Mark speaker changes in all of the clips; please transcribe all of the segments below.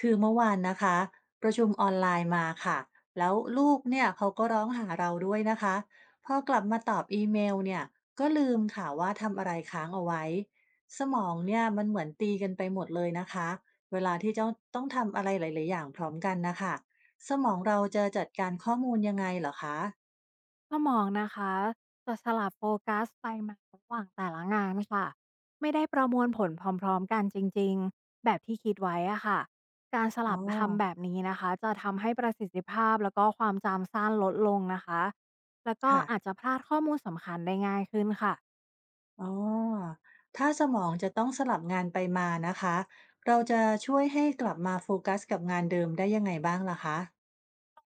Speaker 1: คือเมื่อวานนะคะประชุมออนไลน์มาค่ะแล้วลูกเนี่ยเขาก็ร้องหาเราด้วยนะคะพอกลับมาตอบอีเมลเนี่ยก็ลืมค่ะว่าทำอะไรค้างเอาไว้สมองเนี่ยมันเหมือนตีกันไปหมดเลยนะคะเวลาที่จ้าต้องทำอะไรหลายๆอย่างพร้อมกันนะคะสมองเราจะจัดการข้อมูลยังไงเหรอคะ
Speaker 2: ก็มองนะคะจะสลับโฟกัสไปมาระหว่างแต่ละงานค่ะไม่ได้ประมวลผลพร้อมๆกันจริงๆแบบที่คิดไว้อะค่ะการส
Speaker 1: อ๋อ
Speaker 2: ลับทำแบบนี้นะคะจะทำให้ประสิทธิภาพแล้วก็ความจำสั้นลดลงนะคะแล้วก็
Speaker 1: ค่ะ
Speaker 2: อาจจะพลาดข้อมูลสำคัญได้ง่ายขึ้นค่ะ
Speaker 1: อ๋อถ้าสมองจะต้องสลับงานไปมานะคะเราจะช่วยให้กลับมาโฟกัสกับงานเดิมได้ยังไงบ้างล่ะคะ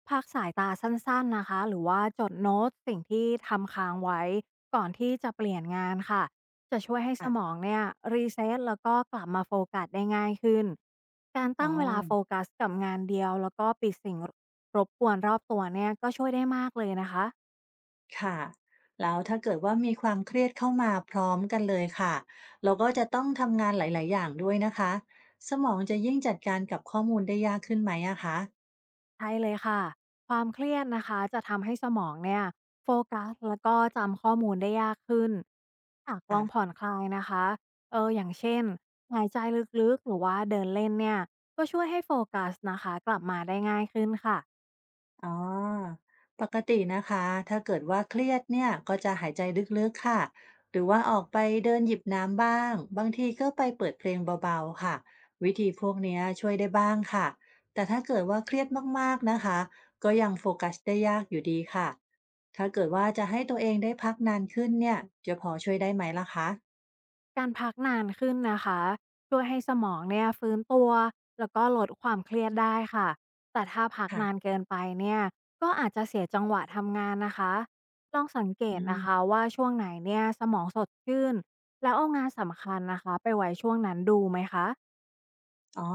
Speaker 2: พักสายตาสั้นๆ นะคะหรือว่าจดโน้ตสิ่งที่ทำค้างไว้ก่อนที่จะเปลี่ยนงานค่ะจะช่วยให้สมอ
Speaker 1: ค่ะ
Speaker 2: งเนี่ยรีเซ็ตแล้วก็กลับมาโฟกัสได้ง่ายขึ้นการ
Speaker 1: อ๋อ
Speaker 2: ตั้งเวลาโฟกัสกับงานเดียวแล้วก็ปิดสิ่งรบกวนรอบตัวเนี่ยก็ช่วยได้มากเลยนะคะ
Speaker 1: ค่ะ แล้วถ้าเกิดว่ามีความเครียดเข้ามาพร้อมกันเลยค่ะ เราก็จะต้องทำงานหลายๆอย่างด้วยนะคะ สมองจะยิ่งจัดการกับข้อมูลได้ยากขึ้นไหมอะคะ
Speaker 2: ใช่เลยค่ะความเครียดนะคะจะทำให้สมองเนี่ยโฟกัสแล้วก็จำข้อมูลได้ยากขึ้นหากล
Speaker 1: ค่ะ
Speaker 2: องผ่อนคลายนะคะอย่างเช่นหายใจลึกๆหรือว่าเดินเล่นเนี่ยก็ช่วยให้โฟกัสนะคะกลับมาได้ง่ายขึ้นค่ะ
Speaker 1: อ๋อปกตินะคะถ้าเกิดว่าเครียดเนี่ยก็จะหายใจลึกๆค่ะหรือว่าออกไปเดินหยิบน้ำบ้างบางทีก็ไปเปิดเพลงเบาๆค่ะวิธีพวกเนี้ยช่วยได้บ้างค่ะแต่ถ้าเกิดว่าเครียดมากๆนะคะก็ยังโฟกัสได้ยากอยู่ดีค่ะถ้าเกิดว่าจะให้ตัวเองได้พักนานขึ้นเนี่ยจะพอช่วยได้ไหมล่ะคะ
Speaker 2: การพักนานขึ้นนะคะช่วยให้สมองเนี่ยฟื้นตัวแล้วก็ลดความเครียดได้ค่ะแต่ถ้าพักนาน
Speaker 1: ค่ะ
Speaker 2: เกินไปเนี่ยก็อาจจะเสียจังหวะทำงานนะคะลองสังเก
Speaker 1: อื
Speaker 2: ตนะคะ
Speaker 1: ม
Speaker 2: ว่าช่วงไหนเนี่ยสมองสดชื่นแล้วเอางานสำคัญนะคะไปไว้ช่วงนั้นดูไหมคะ
Speaker 1: อ๋อ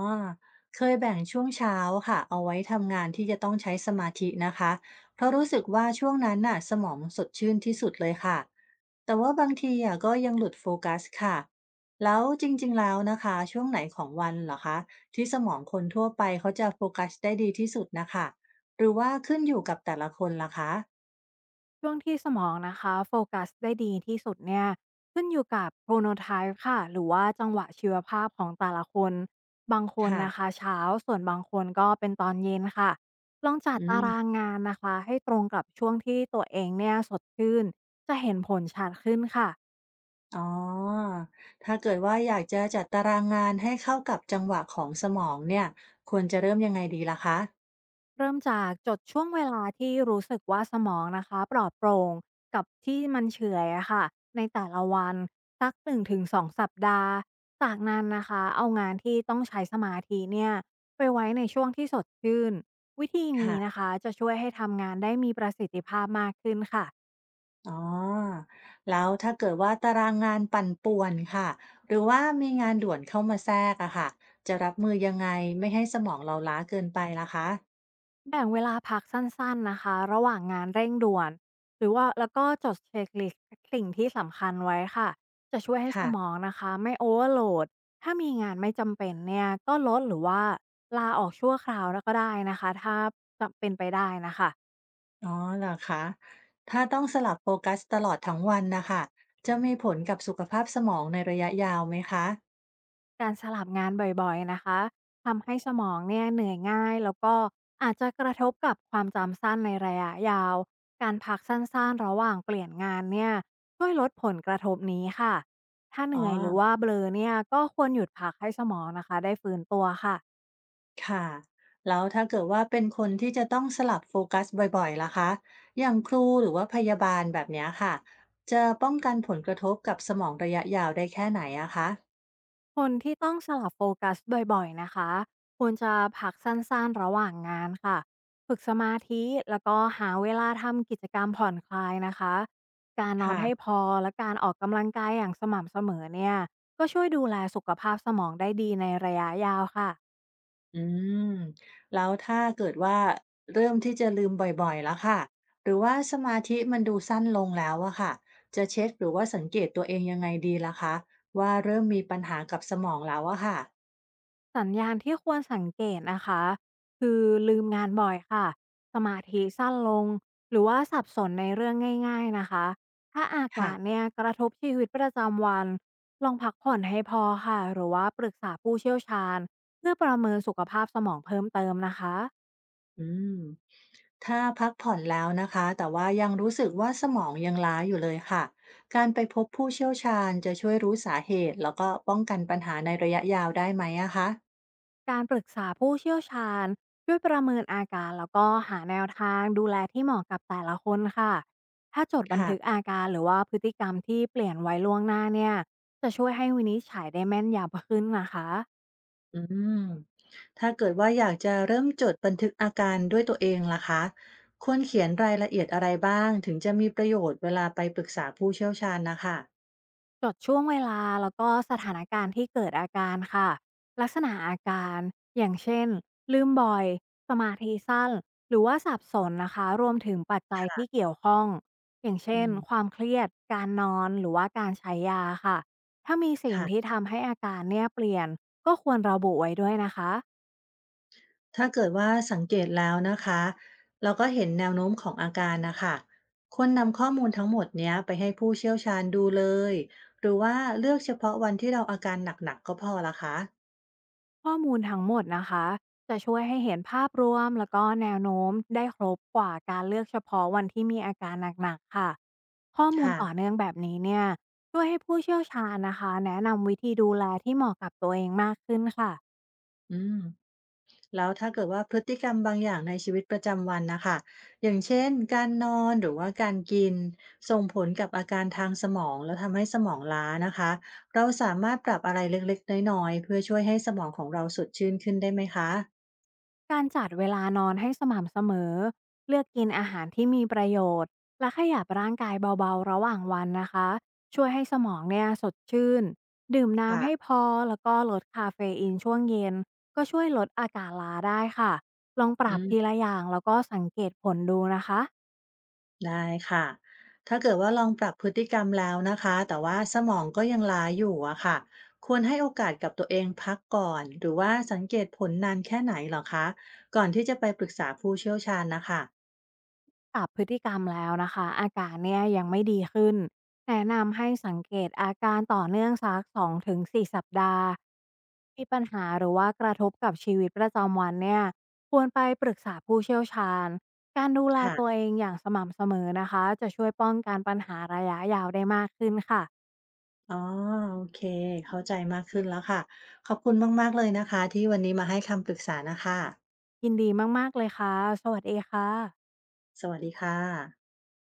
Speaker 1: เคยแบ่งช่วงเช้าค่ะเอาไว้ทำงานที่จะต้องใช้สมาธินะคะเพราะรู้สึกว่าช่วงนั้นน่ะสมองสดชื่นที่สุดเลยค่ะ แต่ว่าบางทีอ่ะก็ยังหลุดโฟกัสค่ะแล้วจริงๆแล้วนะคะช่วงไหนของวันเหรอคะที่สมองคนทั่วไปเขาจะโฟกัสได้ดีที่สุดนะคะหรือว่าขึ้นอยู่กับแต่ละคนล่ะคะ
Speaker 2: ช่วงที่สมองนะคะโฟกัสได้ดีที่สุดเนี่ยขึ้นอยู่กับโ r o n o t y p e ค่ะหรือว่าจังหวะชีวภาพของแต่ละคนบางคนนะ
Speaker 1: ค่ะ
Speaker 2: คะเช้าส่วนบางคนก็เป็นตอนเย็นค่ะลองจั
Speaker 1: อื
Speaker 2: ดตา
Speaker 1: ม
Speaker 2: รางงานนะคะให้ตรงกับช่วงที่ตัวเองเนี่ยสดชื่นจะเห็นผลชัดขึ้นค่ะ
Speaker 1: อ๋อถ้าเกิดว่าอยากจะจัดตารางงานให้เข้ากับจังหวะของสมองเนี่ยควรจะเริ่มยังไงดีล่ะคะ
Speaker 2: เริ่มจากจดช่วงเวลาที่รู้สึกว่าสมองนะคะปลอดโปร่งกับที่มันเฉื่อยอะค่ะในแต่ละวันสัก1-2สองสัปดาห์จากนั้นนะคะเอางานที่ต้องใช้สมาธิเนี่ยไปไว้ในช่วงที่สดชื่นวิธีนี้นะ
Speaker 1: ค่ะ
Speaker 2: คะจะช่วยให้ทำงานได้มีประสิทธิภาพมากขึ้นค่ะ
Speaker 1: อ๋อ แล้วถ้าเกิดว่าตารางงานปั่นป่วนค่ะ หรือว่ามีงานด่วนเข้ามาแทรกอะค่ะจะรับมือยังไงไม่ให้สมองเราล้าเกินไปล่ะคะ
Speaker 2: แบ่งเวลาพักสั้นๆนะคะระหว่างงานเร่งด่วนหรือว่าแล้วก็จดเช็คลิสต์สิ่งที่สำคัญไว้ค่ะจะช่วยให้ส
Speaker 1: ค่ะ
Speaker 2: มองนะคะไม่โอเวอร์โหลดถ้ามีงานไม่จำเป็นเนี่ยก็ลดหรือว่าลาออกชั่วคราวแล้วก็ได้นะคะถ้าจำเป็นไปได้นะคะ
Speaker 1: อ๋อเหรอคะถ้าต้องสลับโฟกัสตลอดทั้งวันนะคะจะมีผลกับสุขภาพสมองในระยะยาวไหมคะ
Speaker 2: การสลับงานบ่อยๆนะคะทำให้สมองเนี่ยเหนื่อยง่ายแล้วก็อาจจะกระทบกับความจำสั้นในระยะยาวการพักสั้นๆระหว่างเปลี่ยนงานเนี่ยช่วยลดผลกระทบนี้ค่ะถ้าเห
Speaker 1: อ๋อ
Speaker 2: นื่อยหรือว่าเบลอเนี่ยก็ควรหยุดพักให้สมองนะคะได้ฟื้นตัวค่ะ
Speaker 1: ค่ะแล้วถ้าเกิดว่าเป็นคนที่จะต้องสลับโฟกัสบ่อยๆล่ะคะอย่างครูหรือว่าพยาบาลแบบเนี้ยค่ะจะป้องกันผลกระทบกับสมองระยะยาวได้แค่ไหนอะคะ
Speaker 2: คนที่ต้องสลับโฟกัสบ่อยๆนะคะควรจะพักสั้นๆระหว่างงานค่ะฝึกสมาธิแล้วก็หาเวลาทำกิจกรรมผ่อนคลายนะคะการนอนให้
Speaker 1: ค่ะ
Speaker 2: พอและการออกกำลังกายอย่างสม่ำเสมอเนี่ยก็ช่วยดูแลสุขภาพสมองได้ดีในระยะยาวค่ะ
Speaker 1: อืมแล้วถ้าเกิดว่าเริ่มที่จะลืมบ่อยๆแล้วค่ะหรือว่าสมาธิมันดูสั้นลงแล้วอะค่ะจะเช็คหรือว่าสังเกตตัวเองยังไงดีล่ะคะว่าเริ่มมีปัญหากับสมองแล้วอะค่ะ
Speaker 2: สัญญาณที่ควรสังเกตนะคะคือลืมงานบ่อยค่ะสมาธิสั้นลงหรือว่าสับสนในเรื่องง่ายๆนะคะถ้าอากาศ
Speaker 1: ค่ะ
Speaker 2: เนี่ยกระทบชีวิตประจำวันลองพักผ่อนให้พอค่ะหรือว่าปรึกษาผู้เชี่ยวชาญเพื่อประเมินสุขภาพสมองเพิ่มเติมนะคะ
Speaker 1: อืม ถ้าพักผ่อนแล้วนะคะแต่ว่ายังรู้สึกว่าสมองยังล้าอยู่เลยค่ะการไปพบผู้เชี่ยวชาญจะช่วยรู้สาเหตุแล้วก็ป้องกันปัญหาในระยะยาวได้ไหมอะคะ
Speaker 2: การปรึกษาผู้เชี่ยวชาญช่วยประเมินอาการแล้วก็หาแนวทางดูแลที่เหมาะกับแต่ละคนค่ะถ้าจดบันทึก
Speaker 1: ค่ะ
Speaker 2: อาการหรือว่าพฤติกรรมที่เปลี่ยนไว้ล่วงหน้าเนี่ยจะช่วยให้วินิจฉัยได้แม่นยำขึ้นนะคะ
Speaker 1: อืมถ้าเกิดว่าอยากจะเริ่มจดบันทึกอาการด้วยตัวเองล่ะคะควรเขียนรายละเอียดอะไรบ้างถึงจะมีประโยชน์เวลาไปปรึกษาผู้เชี่ยวชาญนะคะ
Speaker 2: จดช่วงเวลาแล้วก็สถานการณ์ที่เกิดอาการค่ะลักษณะอาการอย่างเช่นลืมบ่อยสมาธิสั้นหรือว่าสับสนนะคะรวมถึงปัจจัยที่
Speaker 1: ค่ะ
Speaker 2: เกี่ยวข้องอย่างเช่
Speaker 1: อื
Speaker 2: น
Speaker 1: ม
Speaker 2: ความเครียดการนอนหรือว่าการใช้ยาค่ะถ้ามีสิ่งที่
Speaker 1: ค่ะ
Speaker 2: ทำให้อาการเนี่ยเปลี่ยนก็ควรระบุไว้ด้วยนะคะ
Speaker 1: ถ้าเกิดว่าสังเกตแล้วนะคะเราก็เห็นแนวโน้มของอาการนะคะควรนำข้อมูลทั้งหมดเนี้ยไปให้ผู้เชี่ยวชาญดูเลยหรือว่าเลือกเฉพาะวันที่เราอาการหนักๆก็พอละคะ
Speaker 2: ข้อมูลทั้งหมดนะคะจะช่วยให้เห็นภาพรวมแล้วก็แนวโน้มได้ครบกว่าการเลือกเฉพาะวันที่มีอาการหนักๆค่ะข้อมูล
Speaker 1: ค่ะ
Speaker 2: ต่อเนื่องแบบนี้เนี่ยช่วยให้ผู้เชี่ยวชาญนะคะแนะนำวิธีดูแลที่เหมาะกับตัวเองมากขึ้นค่ะ
Speaker 1: อืมแล้วถ้าเกิดว่าพฤติกรรมบางอย่างในชีวิตประจำวันนะคะอย่างเช่นการนอนหรือว่าการกินส่งผลกับอาการทางสมองแล้วทำให้สมองล้านะคะเราสามารถปรับอะไรเล็กๆน้อยๆเพื่อช่วยให้สมองของเราสดชื่นขึ้นได้ไหมคะ
Speaker 2: การจัดเวลานอนให้สม่ำเสมอ เลือกกินอาหารที่มีประโยชน์ และขยับร่างกายเบาๆระหว่างวันนะคะ ช่วยให้สมองเนี่ยสดชื่น ดื่มน้ำให้
Speaker 1: ค่ะ
Speaker 2: พอแล้วก็ลดคาเฟอีนช่วงเย็นก็ช่วยลดอาการล้าได้ค่ะ ลองป
Speaker 1: อื
Speaker 2: รับที
Speaker 1: ม
Speaker 2: ละอย่างแล้วก็สังเกตผลดูนะคะ
Speaker 1: ได้ค่ะ ถ้าเกิดว่าลองปรับพฤติกรรมแล้วนะคะ แต่ว่าสมองก็ยังล้าอยู่อะค่ะ ควรให้โอกาสกับตัวเองพักก่อน หรือว่าสังเกตผลนานแค่ไหนเหรอคะ ก่อนที่จะไปปรึกษาผู้เชี่ยวชาญนะคะ
Speaker 2: ปรับพฤติกรรมแล้วนะคะอาการเนี่ยยังไม่ดีขึ้นแนะนำให้สังเกตอาการต่อเนื่องสัก2-4สสัปดาห์มีปัญหาหรือว่ากระทบกับชีวิตประจำวันเนี่ยควรไปปรึกษาผู้เชี่ยวชาญการดูแล
Speaker 1: ค่ะ
Speaker 2: ตัวเองอย่างสม่ำเสมอนะคะจะช่วยป้องกันปัญหาระยะยาวได้มากขึ้นค่ะ
Speaker 1: อ๋อโอเค เข้าใจมากขึ้นแล้วค่ะ ขอบคุณมากๆเลยนะคะที่วันนี้มาให้คำปรึกษานะคะ
Speaker 2: ยินดีมากๆเลยค่ะสวัสดีค่ะ
Speaker 1: สวัสดีค่ะ